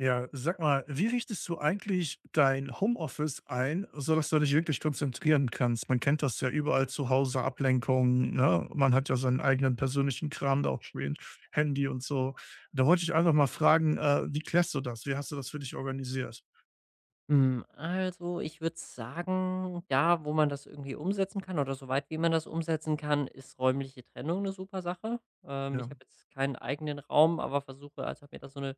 Ja, sag mal, wie richtest du eigentlich dein Homeoffice ein, sodass du dich wirklich konzentrieren kannst? Man kennt das ja überall zu Hause, Ablenkungen, ne? Man hat ja seinen eigenen persönlichen Kram da auch spielen, Handy und so. Da wollte ich einfach mal fragen, wie klärst du das? Wie hast du das für dich organisiert? Hm, also, ich würde sagen, da, wo man das irgendwie umsetzen kann oder soweit, wie man das umsetzen kann, ist räumliche Trennung eine super Sache. Ich Ja. habe jetzt keinen eigenen Raum, aber versuche also, habe mir da so eine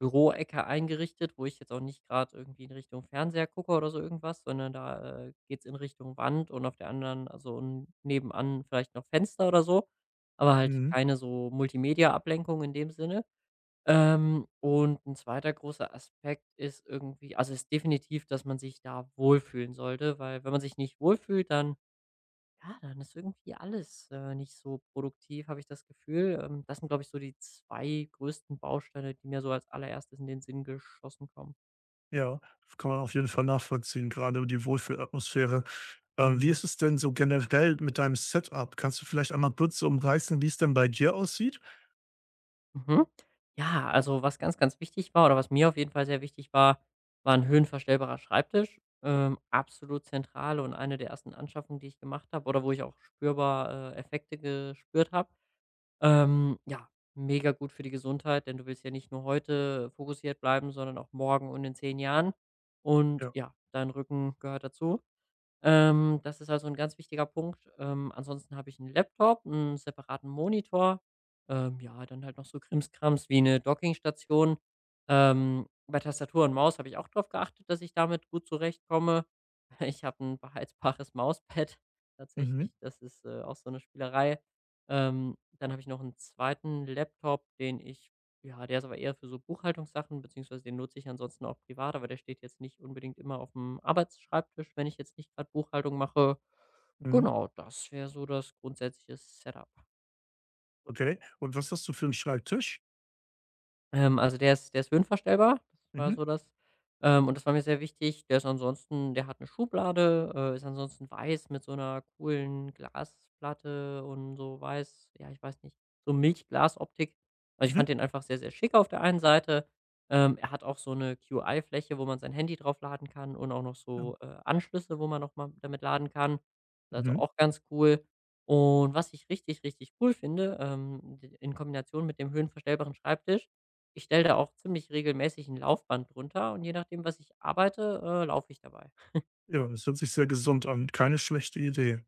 Büroecke eingerichtet, wo ich jetzt auch nicht gerade irgendwie in Richtung Fernseher gucke oder so irgendwas, sondern da, geht's in Richtung Wand und auf der anderen also, n nebenan vielleicht noch Fenster oder so, aber halt Mhm. keine so Multimedia-Ablenkung in dem Sinne. Und ein zweiter großer Aspekt ist irgendwie also, ist definitiv, dass man sich da wohlfühlen sollte, weil wenn man sich nicht wohlfühlt, dann ja, dann ist irgendwie alles, nicht so produktiv, habe ich das Gefühl. Das sind, glaube ich, so die 2 größten Bausteine, die mir so als allererstes in den Sinn geschossen kommen. Ja, kann man auf jeden Fall nachvollziehen, gerade die Wohlfühlatmosphäre. Wie Mhm. ist es denn so generell mit deinem Setup? Kannst du vielleicht einmal kurz so umreißen, wie es denn bei dir aussieht? Mhm. Ja, also was ganz, ganz wichtig war oder was mir auf jeden Fall sehr wichtig war, war ein höhenverstellbarer Schreibtisch. Absolut zentral und eine der ersten Anschaffungen, die ich gemacht habe oder wo ich auch spürbar, Effekte gespürt habe. Ja, mega gut für die Gesundheit, denn du willst ja nicht nur heute fokussiert bleiben, sondern auch morgen und in 10 Jahren. Und Ja. ja, dein Rücken gehört dazu. Das ist also ein ganz wichtiger Punkt. Ansonsten habe ich einen Laptop, einen separaten Monitor, ja, dann halt noch so Krimskrams wie eine Dockingstation. Bei Tastatur und Maus habe ich auch darauf geachtet, dass ich damit gut zurechtkomme. Ich habe ein beheizbares Mauspad Mhm. tatsächlich, das ist, auch so eine Spielerei. Dann habe ich noch einen zweiten Laptop, den ich ja, der ist aber eher für so Buchhaltungssachen, beziehungsweise den nutze ich ansonsten auch privat, aber der steht jetzt nicht unbedingt immer auf dem Arbeitsschreibtisch, wenn ich jetzt nicht gerade Buchhaltung mache. Mhm. Genau, das wäre so das grundsätzliche Setup. Okay. Und was hast du für einen Schreibtisch? Also der ist höhenverstellbar, das war Mhm. so das und das war mir sehr wichtig. Der ist ansonsten, der hat eine Schublade, ist ansonsten weiß mit so einer coolen Glasplatte und so weiß ja, ich weiß nicht, so Milchglasoptik. Also, ich Mhm. fand den einfach sehr, sehr schick auf der einen Seite. Er hat auch so 'ne Qi-Fläche, wo man sein Handy drauf laden kann und auch noch Ja. so, Anschlüsse, wo man noch mal damit laden kann. Das ist Also, Mhm. auch ganz cool. Und was ich richtig, richtig cool finde, in Kombination mit dem höhenverstellbaren Schreibtisch, ich stelle da auch ziemlich regelmäßig ein Laufband drunter und je nachdem, was ich arbeite, laufe ich dabei. Ja, das hört sich sehr gesund an. Keine schlechte Idee.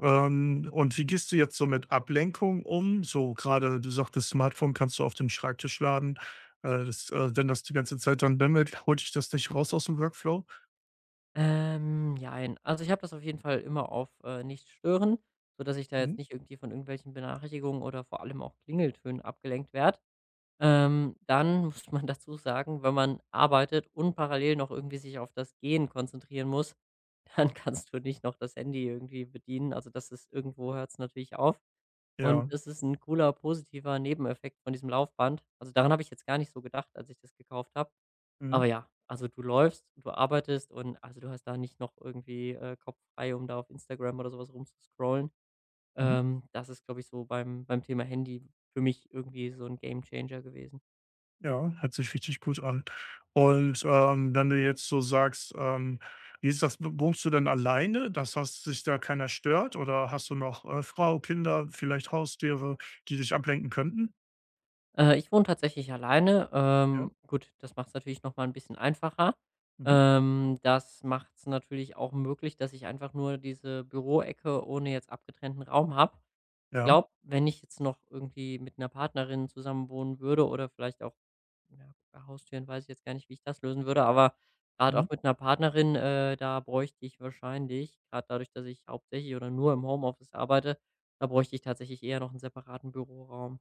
Und wie gehst du jetzt so mit Ablenkung um? So gerade, du sagtest, Smartphone kannst du auf dem Schreibtisch laden. Das Wenn das die ganze Zeit dann bimmelt, holt dich das nicht raus aus dem Workflow? Jein. Also, ich habe das auf jeden Fall immer auf, nicht stören, sodass ich da jetzt Mhm. nicht irgendwie von irgendwelchen Benachrichtigungen oder vor allem auch Klingeltönen abgelenkt werde. Dann muss man dazu sagen, wenn man arbeitet und parallel noch irgendwie sich auf das Gehen konzentrieren muss, dann kannst du nicht noch das Handy irgendwie bedienen. Also, das ist irgendwo hört es natürlich auf. Und Ja. das ist 'n cooler, positiver Nebeneffekt von diesem Laufband. Also, daran habe ich jetzt gar nicht so gedacht, als ich das gekauft habe. Aber Mhm. ja, also, du läufst, du arbeitest und also, du hast da nicht noch irgendwie, Kopf frei, um da auf Instagram oder so was rumzuscrollen. Mhm. Das ist, glaube ich, so beim Thema Handy für mich irgendwie so 'n Gamechanger gewesen. Ja, hört sich richtig gut an. Und, wenn du jetzt so sagst, wie ist das? W wohnst du denn alleine, dass das dich da keiner stört oder hast du noch, Frau, Kinder, vielleicht Haustiere, die dich ablenken könnten? Ich wohne tatsächlich alleine. Ja. Gut, das macht es natürlich noch mal 'n bisschen einfacher. Mhm. Das macht es natürlich auch möglich, dass ich einfach nur diese Büroecke ohne jetzt abgetrennten Raum habe. Ich Ja. glaube, wenn ich jetzt noch irgendwie mit einer Partnerin zusammen wohnen würde oder vielleicht auch ja, bei Haustieren weiß ich jetzt gar nicht, wie ich das lösen würde, aber gerade Mhm. auch mit einer Partnerin, da bräuchte ich wahrscheinlich gerade dadurch, dass ich hauptsächlich oder nur im Homeoffice arbeite, da bräuchte ich tatsächlich eher noch einen separaten Büroraum.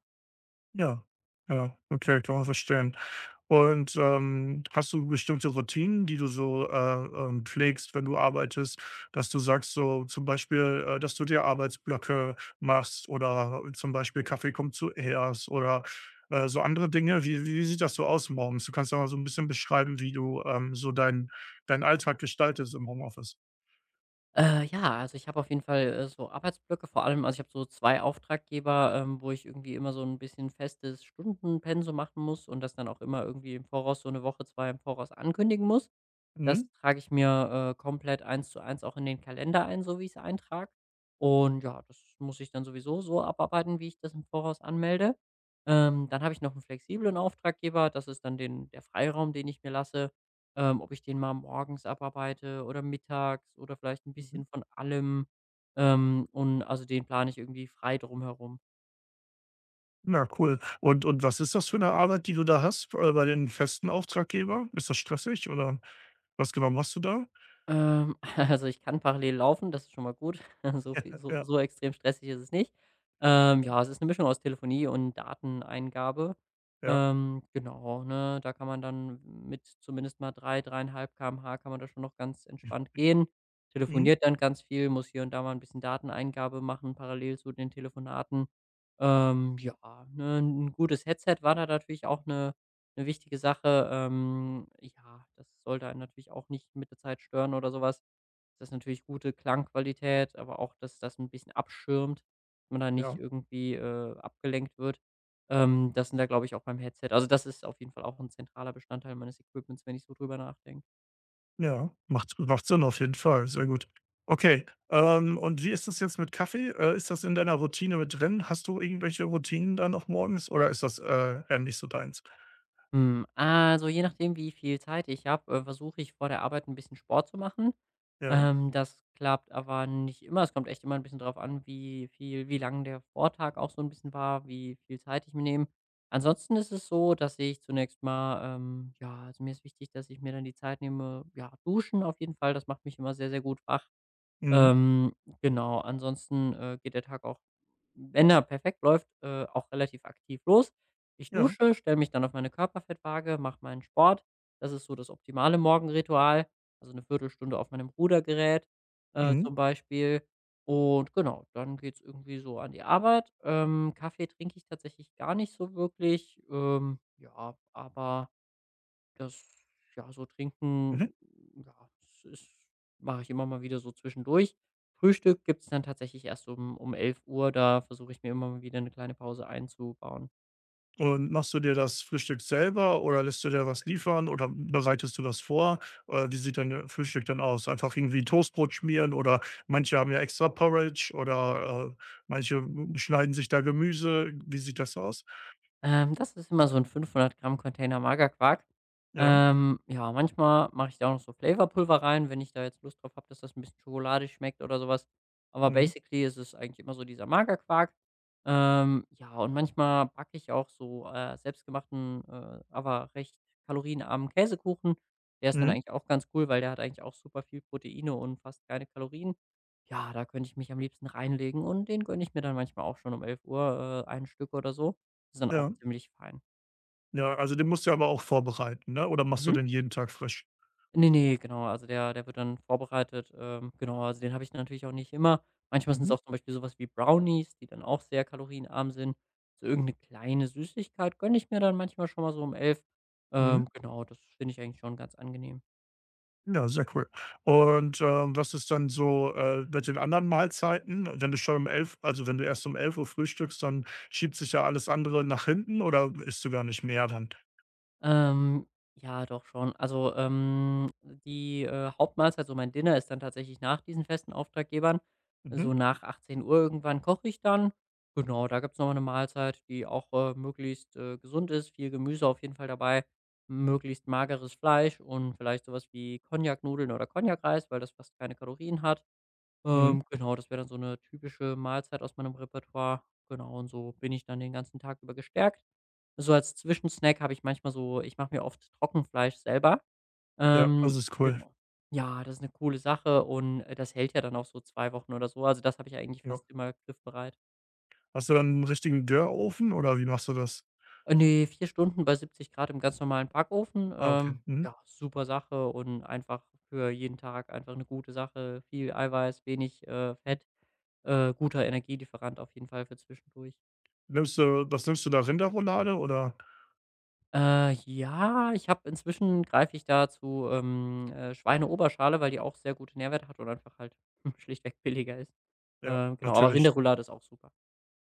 Ja. Ja, okay, kann man verstehen. Und, hast du bestimmte Routinen, die du so, pflegst, wenn du arbeitest, dass du sagst, so zum Beispiel, dass du dir Arbeitsblöcke machst oder zum Beispiel Kaffee kommt zuerst oder, so andere Dinge? Wie sieht das so aus morgens? Du kannst ja mal so ein bisschen beschreiben, wie du, so deinen Alltag gestaltest im Homeoffice. Ja, also ich habe auf jeden Fall, so Arbeitsblöcke, vor allem also ich habe so 2 Auftraggeber, wo ich irgendwie immer so ein bisschen festes Stundenpensum machen muss und das dann auch immer irgendwie im Voraus so eine Woche, 2 im Voraus ankündigen muss. Das Mhm. trage ich mir, komplett eins zu eins auch in den Kalender ein, so wie ich es eintrage. Und ja, das muss ich dann sowieso so abarbeiten, wie ich das im Voraus anmelde. Dann habe ich noch einen flexiblen Auftraggeber. Das ist dann den der Freiraum, den ich mir lasse, ob ich den mal morgens abarbeite oder mittags oder vielleicht ein Mhm. bisschen von allem. Und also, den plane ich irgendwie frei drumherum. Na cool. Und was ist das für eine Arbeit, die du da hast, bei den festen Auftraggeber? Ist das stressig oder was genau machst du da? Ähm, also, ich kann parallel laufen, das ist schon mal gut. So viel, so Ja, so extrem stressig ist es nicht. Ja, es ist eine Mischung aus Telefonie und Dateneingabe. ja, Genau, ne? Da kann man dann mit zumindest mal 3, 3,5 km/h kann man da schon noch ganz entspannt gehen. mhm, Telefoniert dann ganz viel, muss hier und da mal ein bisschen Dateneingabe machen parallel zu den Telefonaten. Ja, ne, 'n gutes Headset war da natürlich auch eine wichtige Sache. Ja, das sollte einen natürlich auch nicht mit der Zeit stören oder sowas. Das ist natürlich gute Klangqualität, aber auch, dass das ein bisschen abschirmt, dass man da nicht ja. irgendwie, abgelenkt wird. Das sind, da glaube ich, auch beim Headset also, das ist auf jeden Fall auch ein zentraler Bestandteil meines Equipments, wenn ich so drüber nachdenke. Ja, macht Sinn auf jeden Fall, sehr gut. Okay, und wie ist das jetzt mit Kaffee? Ist das in deiner Routine mit drin? Hast du irgendwelche Routinen dann auch morgens oder ist das, eher nicht so deins? Hm, also, je nachdem, wie viel Zeit ich habe, versuche ich vor der Arbeit ein bisschen Sport zu machen. Ja. Das klappt aber nicht immer. Es kommt echt immer ein bisschen drauf an, wie lang der Vortag auch so ein bisschen war, wie viel Zeit ich mir nehme. Ansonsten ist es so, dass ich zunächst mal ja also, mir ist wichtig, dass ich mir dann die Zeit nehme, ja, duschen auf jeden Fall, das macht mich immer sehr, sehr gut wach. Mhm. Ähm, genau, ansonsten, geht der Tag auch, wenn er perfekt läuft, auch relativ aktiv los. Ich Ja. dusche, stelle mich dann auf meine Körperfettwaage, mache meinen Sport. Das ist so das optimale Morgenritual. Also eine Viertelstunde auf meinem Rudergerät, Mhm. zum Beispiel. Und genau, dann geht's irgendwie so an die Arbeit. Kaffee trinke ich tatsächlich gar nicht so wirklich, ja, aber das ja, so Mhm. trinken, hm, ja, es ist, mache ich immer mal wieder so zwischendurch. Frühstück gibt's dann tatsächlich erst um 11 Uhr, da versuche ich mir immer mal wieder eine kleine Pause einzubauen. Und machst du dir das Frühstück selber oder lässt du dir was liefern oder bereitest du was vor? Oder wie sieht dein Frühstück dann aus? Einfach irgendwie Toastbrot schmieren oder manche haben ja extra Porridge oder manche schneiden sich da Gemüse. Wie sieht das aus? Das ist immer so ein 500 Gramm Container Magerquark. Ja. Ja, manchmal mache ich da auch noch so Flavorpulver rein, wenn ich da jetzt Lust drauf habe, dass das ein bisschen schokoladig schmeckt oder sowas. Aber Mhm. basically ist es eigentlich immer so dieser Magerquark. Ja, und manchmal backe ich auch so, selbstgemachten, aber recht kalorienarmen Käsekuchen. Der ist dann Mhm. eigentlich auch ganz cool, weil der hat eigentlich auch super viel Proteine und fast keine Kalorien. Ja, da könnte ich mich am liebsten reinlegen und den gönne ich mir dann manchmal auch schon um 11:00, ein Stück oder so. Ist dann auch Ja. ziemlich fein. Ja, also den musst du aber auch vorbereiten, ne? Oder machst du Mhm. den jeden Tag frisch? Ne, ne, genau, also der wird dann vorbereitet, genau, also den habe ich natürlich auch nicht immer. Manchmal sind es Mhm. auch zum Beispiel sowas wie Brownies, die dann auch sehr kalorienarm sind. So irgendeine kleine Süßigkeit gönne ich mir dann manchmal schon mal so um elf. Mhm. Genau, das finde ich eigentlich schon ganz angenehm. Ja, sehr cool. Und, was ist dann so, mit den anderen Mahlzeiten? Wenn du schon um 11 also, wenn du erst um 11 Uhr frühstückst, dann schiebt sich ja alles andere nach hinten oder isst du gar nicht mehr dann? Ähm, ja, doch schon. Also, die, Hauptmahlzeit, so mein Dinner ist dann tatsächlich nach diesen festen Auftraggebern. Mhm, So nach 18 Uhr irgendwann koche ich dann. Genau, da gibt's noch mal eine Mahlzeit, die auch, möglichst, gesund ist, viel Gemüse auf jeden Fall dabei, möglichst mageres Fleisch und vielleicht sowas wie Cognac-Nudeln oder Cognac-Reis, weil das fast keine Kalorien hat. mhm. Genau, das wäre dann so eine typische Mahlzeit aus meinem Repertoire. Genau, und so bin ich dann den ganzen Tag über gestärkt. So als Zwischensnack habe ich manchmal so, ich mache mir oft Trockenfleisch selber. Ja, das ist Okay, cool. genau. Ja, das ist eine coole Sache und, das hält ja dann auch so 2 Wochen oder so. Also, das habe ich eigentlich Ja. fast immer griffbereit. Hast du dann einen richtigen Rührofen oder wie machst du das? Ne, 4 Stunden bei 70 Grad im ganz normalen Backofen. Ah, okay. Mhm. Ja, super Sache und einfach für jeden Tag einfach eine gute Sache. Viel Eiweiß, wenig, Fett, guter Energielieferant auf jeden Fall für zwischendurch. Nimmst du da, Rinderroulade oder? Ja, ich habe inzwischen greife ich da zu, Schweineoberschale, weil die auch sehr gute Nährwerte hat und einfach halt schlichtweg billiger ist. Ja, Genau, aber natürlich. Rinderroulade ist auch super.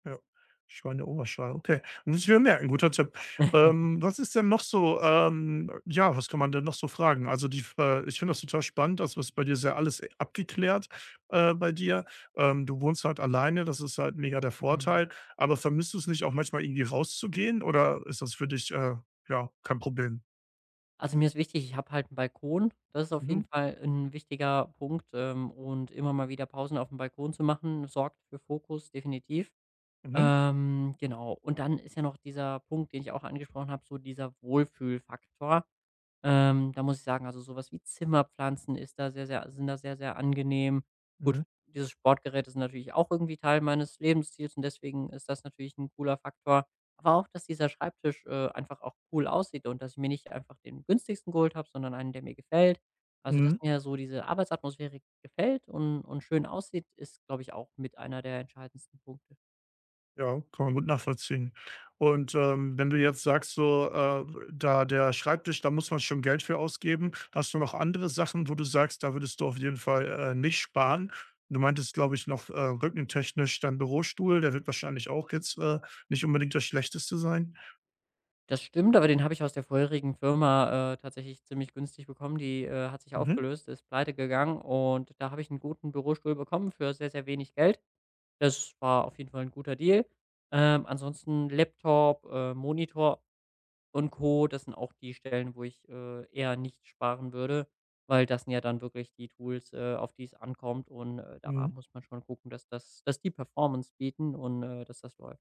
Ja, Schweineoberschenkel, okay. Muss ich mir merken, guter Tipp. Was ist denn noch so ja, was kann man denn noch so fragen? Also, die ich finde das total spannend, das was bei dir sehr alles abgeklärt, bei dir. Du wohnst halt alleine, das ist halt mega der Mhm. Vorteil. Aber vermisst du es nicht auch manchmal irgendwie rauszugehen oder ist das für dich, ja, kein Problem? Also, mir ist wichtig, ich habe halt einen Balkon. Das ist auf jeden Mhm, Fall ein wichtiger Punkt, und immer mal wieder Pausen auf dem Balkon zu machen, sorgt für Fokus, definitiv. mhm, Genau. Und dann ist ja noch dieser Punkt, den ich auch angesprochen habe, so dieser Wohlfühlfaktor. Da muss ich sagen, also, sowas wie Zimmerpflanzen ist da sehr, sehr sind da sehr, sehr angenehm. mhm, Gut, diese Sportgeräte sind natürlich auch irgendwie Teil meines Lebensstils und deswegen ist das natürlich ein cooler Faktor. Aber auch, dass dieser Schreibtisch, einfach auch cool aussieht und dass ich mir nicht einfach den günstigsten geholt habe, sondern einen, der mir gefällt. Also, dass mhm. mir so diese Arbeitsatmosphäre gefällt und schön aussieht, ist, glaube ich, auch mit einer der entscheidendsten Punkte. Ja, kann man gut nachvollziehen. Und, wenn du jetzt sagst, so, da der Schreibtisch, da muss man schon Geld für ausgeben. Hast du noch andere Sachen, wo du sagst, da würdest du auf jeden Fall, nicht sparen? Du meintest, glaube ich, noch, rückentechnisch dein Bürostuhl, der wird wahrscheinlich auch jetzt, nicht unbedingt das Schlechteste sein. Das stimmt, aber den habe ich aus der vorherigen Firma, tatsächlich ziemlich günstig bekommen. Die, hat sich Mhm. aufgelöst, ist pleite gegangen und da habe ich einen guten Bürostuhl bekommen für sehr, sehr wenig Geld. Das war auf jeden Fall ein guter Deal. Ansonsten Laptop, Monitor und Co., das sind auch die Stellen, wo ich, eher nicht sparen würde, weil das sind ja dann wirklich die Tools, auf die es ankommt und, da Mhm. muss man schon gucken, dass die Performance bieten und, dass das läuft.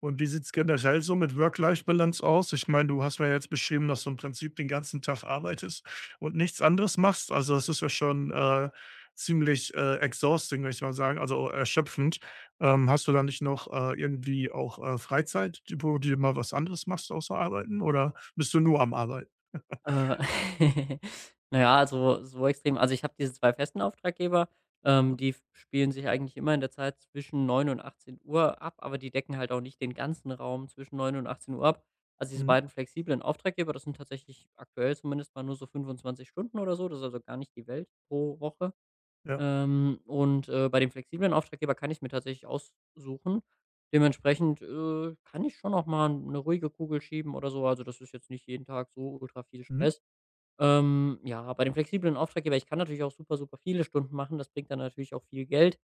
Und wie sieht es generell so mit Work-Life-Balance aus? Ich meine, du hast mir ja jetzt beschrieben, dass du im Prinzip den ganzen Tag arbeitest und nichts anderes machst. Also, das ist ja schon, ziemlich, exhausting, würde ich mal sagen, also erschöpfend. Hast du da nicht noch, irgendwie auch, Freizeit, wo du mal was anderes machst außer Arbeiten oder bist du nur am Arbeiten? Äh, na ja, also, so extrem ich habe diese 2 festen Auftraggeber, Ja. die f spielen sich eigentlich immer in der Zeit zwischen 9 und 18 Uhr ab, aber die decken halt auch nicht den ganzen Raum zwischen 9 und achtzehn Uhr ab. Also, diese Mhm. beiden flexiblen Auftraggeber, das sind tatsächlich aktuell zumindest mal nur so 25 Stunden oder so. Das ist also gar nicht die Welt pro Woche. Ja. Bei dem flexiblen Auftraggeber kann ich mir tatsächlich aussuchen. Dementsprechend, kann ich schon auch mal eine ruhige Kugel schieben oder so. Also, das ist jetzt nicht jeden Tag so ultra viel Mhm. Stress. Ja, bei dem flexiblen Auftraggeber, ich kann natürlich auch super, super viele Stunden machen, das bringt dann natürlich auch viel Geld.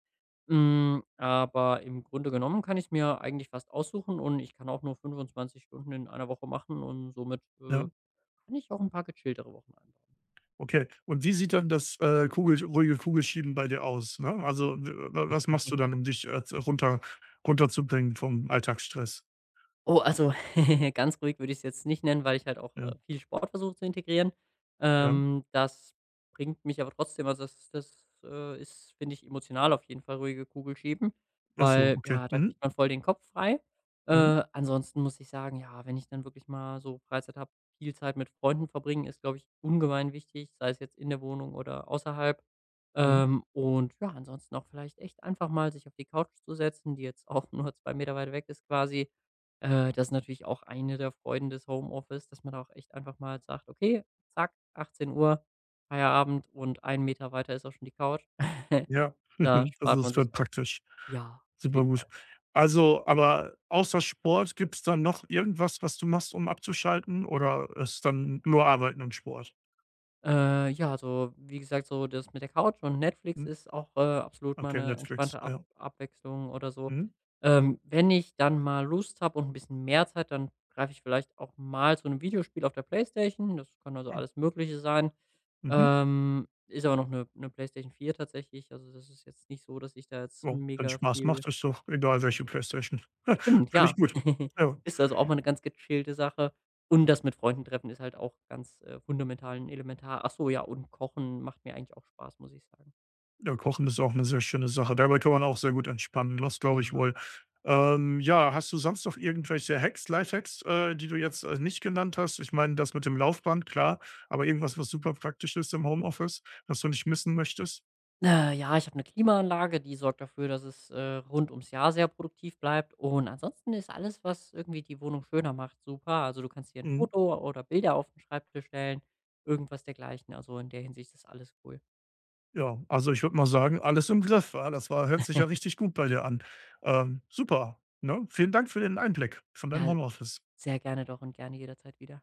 Hm, aber im Grunde genommen kann ich es mir eigentlich fast aussuchen und ich kann auch nur 25 Stunden in einer Woche machen und somit, Ja. kann ich auch ein paar gechilltere Wochen. Okay. Und wie sieht dann das, Kugel ruhige Kugelschieben bei dir aus, ne? Also, w wa was machst du dann, um dich, z runter runterzubringen vom Alltagsstress? Oh, also ganz ruhig würde ich es jetzt nicht nennen, weil ich halt auch, Ja, viel Sport versuche zu integrieren. ja. Das bringt mich aber trotzdem, also das ist, finde ich, emotional auf jeden Fall ruhige Kugelschieben, Ach so, weil, okay. ja, da Mhm, kriegt man voll den Kopf frei. mhm, Ansonsten muss ich sagen, ja, wenn ich dann wirklich mal so Freizeit habe, viel Zeit mit Freunden verbringen ist, glaube ich, ungemein wichtig, sei es jetzt in der Wohnung oder außerhalb. mhm. Ansonsten auch vielleicht echt einfach mal sich auf die Couch zu setzen, die jetzt auch nur 2 Meter weit weg ist quasi. Das ist natürlich auch eine der Freuden des Homeoffice, dass man da auch echt einfach mal sagt: „Okay, zack, 18 Uhr Feierabend und 1 Meter weiter ist auch schon die Couch.“ Ja, Da also, spart das man ist sich dann auch, praktisch. ja, auf Super jeden gut. Fall. Also, aber außer Sport gibt's dann noch irgendwas, was du machst, um abzuschalten oder ist dann nur Arbeiten und Sport? Ja, also, wie gesagt, so das mit der Couch und Netflix Mhm, ist auch, absolut mal okay, 'ne Netflix, entspannte Ab ja. Abwechslung oder so. Mhm, Wenn ich dann mal Lust habe und ein bisschen mehr Zeit, dann greife ich vielleicht auch mal zu einem Videospiel auf der Playstation. Das kann also ah, alles Mögliche sein. mhm. Ist aber noch eine PlayStation 4 tatsächlich. Also, das ist jetzt nicht so, dass ich da jetzt Ja, wenn mega Spaß viel. macht, ist doch egal welche Playstation. Stimmt, Finde ja. ich gut. Ja. Ist also auch mal eine ganz gechillte Sache. Und das mit Freunden treffen ist halt auch ganz, fundamental und elementar. Ach so, ja, und Kochen macht mir eigentlich auch Spaß, muss ich sagen. Ja, Kochen ist auch eine sehr schöne Sache. Dabei kann man auch sehr gut entspannen. Das glaube ich Ja. wohl. Ja, hast du sonst noch irgendwelche Hacks, Lifehacks, die du jetzt, nicht genannt hast? Ich meine, das mit dem Laufband, klar, aber irgendwas, was super praktisch ist im Homeoffice, was du nicht missen möchtest? Ja, Ich habe eine Klimaanlage, die sorgt dafür, dass es, rund ums Jahr sehr produktiv bleibt, und ansonsten ist alles, was irgendwie die Wohnung schöner macht, super. Also, du kannst hier ein Mhm. Foto oder Bilder auf 'n Schreibtisch stellen, irgendwas dergleichen. Also, in der Hinsicht ist alles cool. Ja, also, ich würde mal sagen, alles im Griff, ja. Das war hört sich ja richtig gut bei dir an. Super, ne? Vielen Dank für den Einblick von deinem Ja, Homeoffice. sehr gerne doch und gerne jederzeit wieder.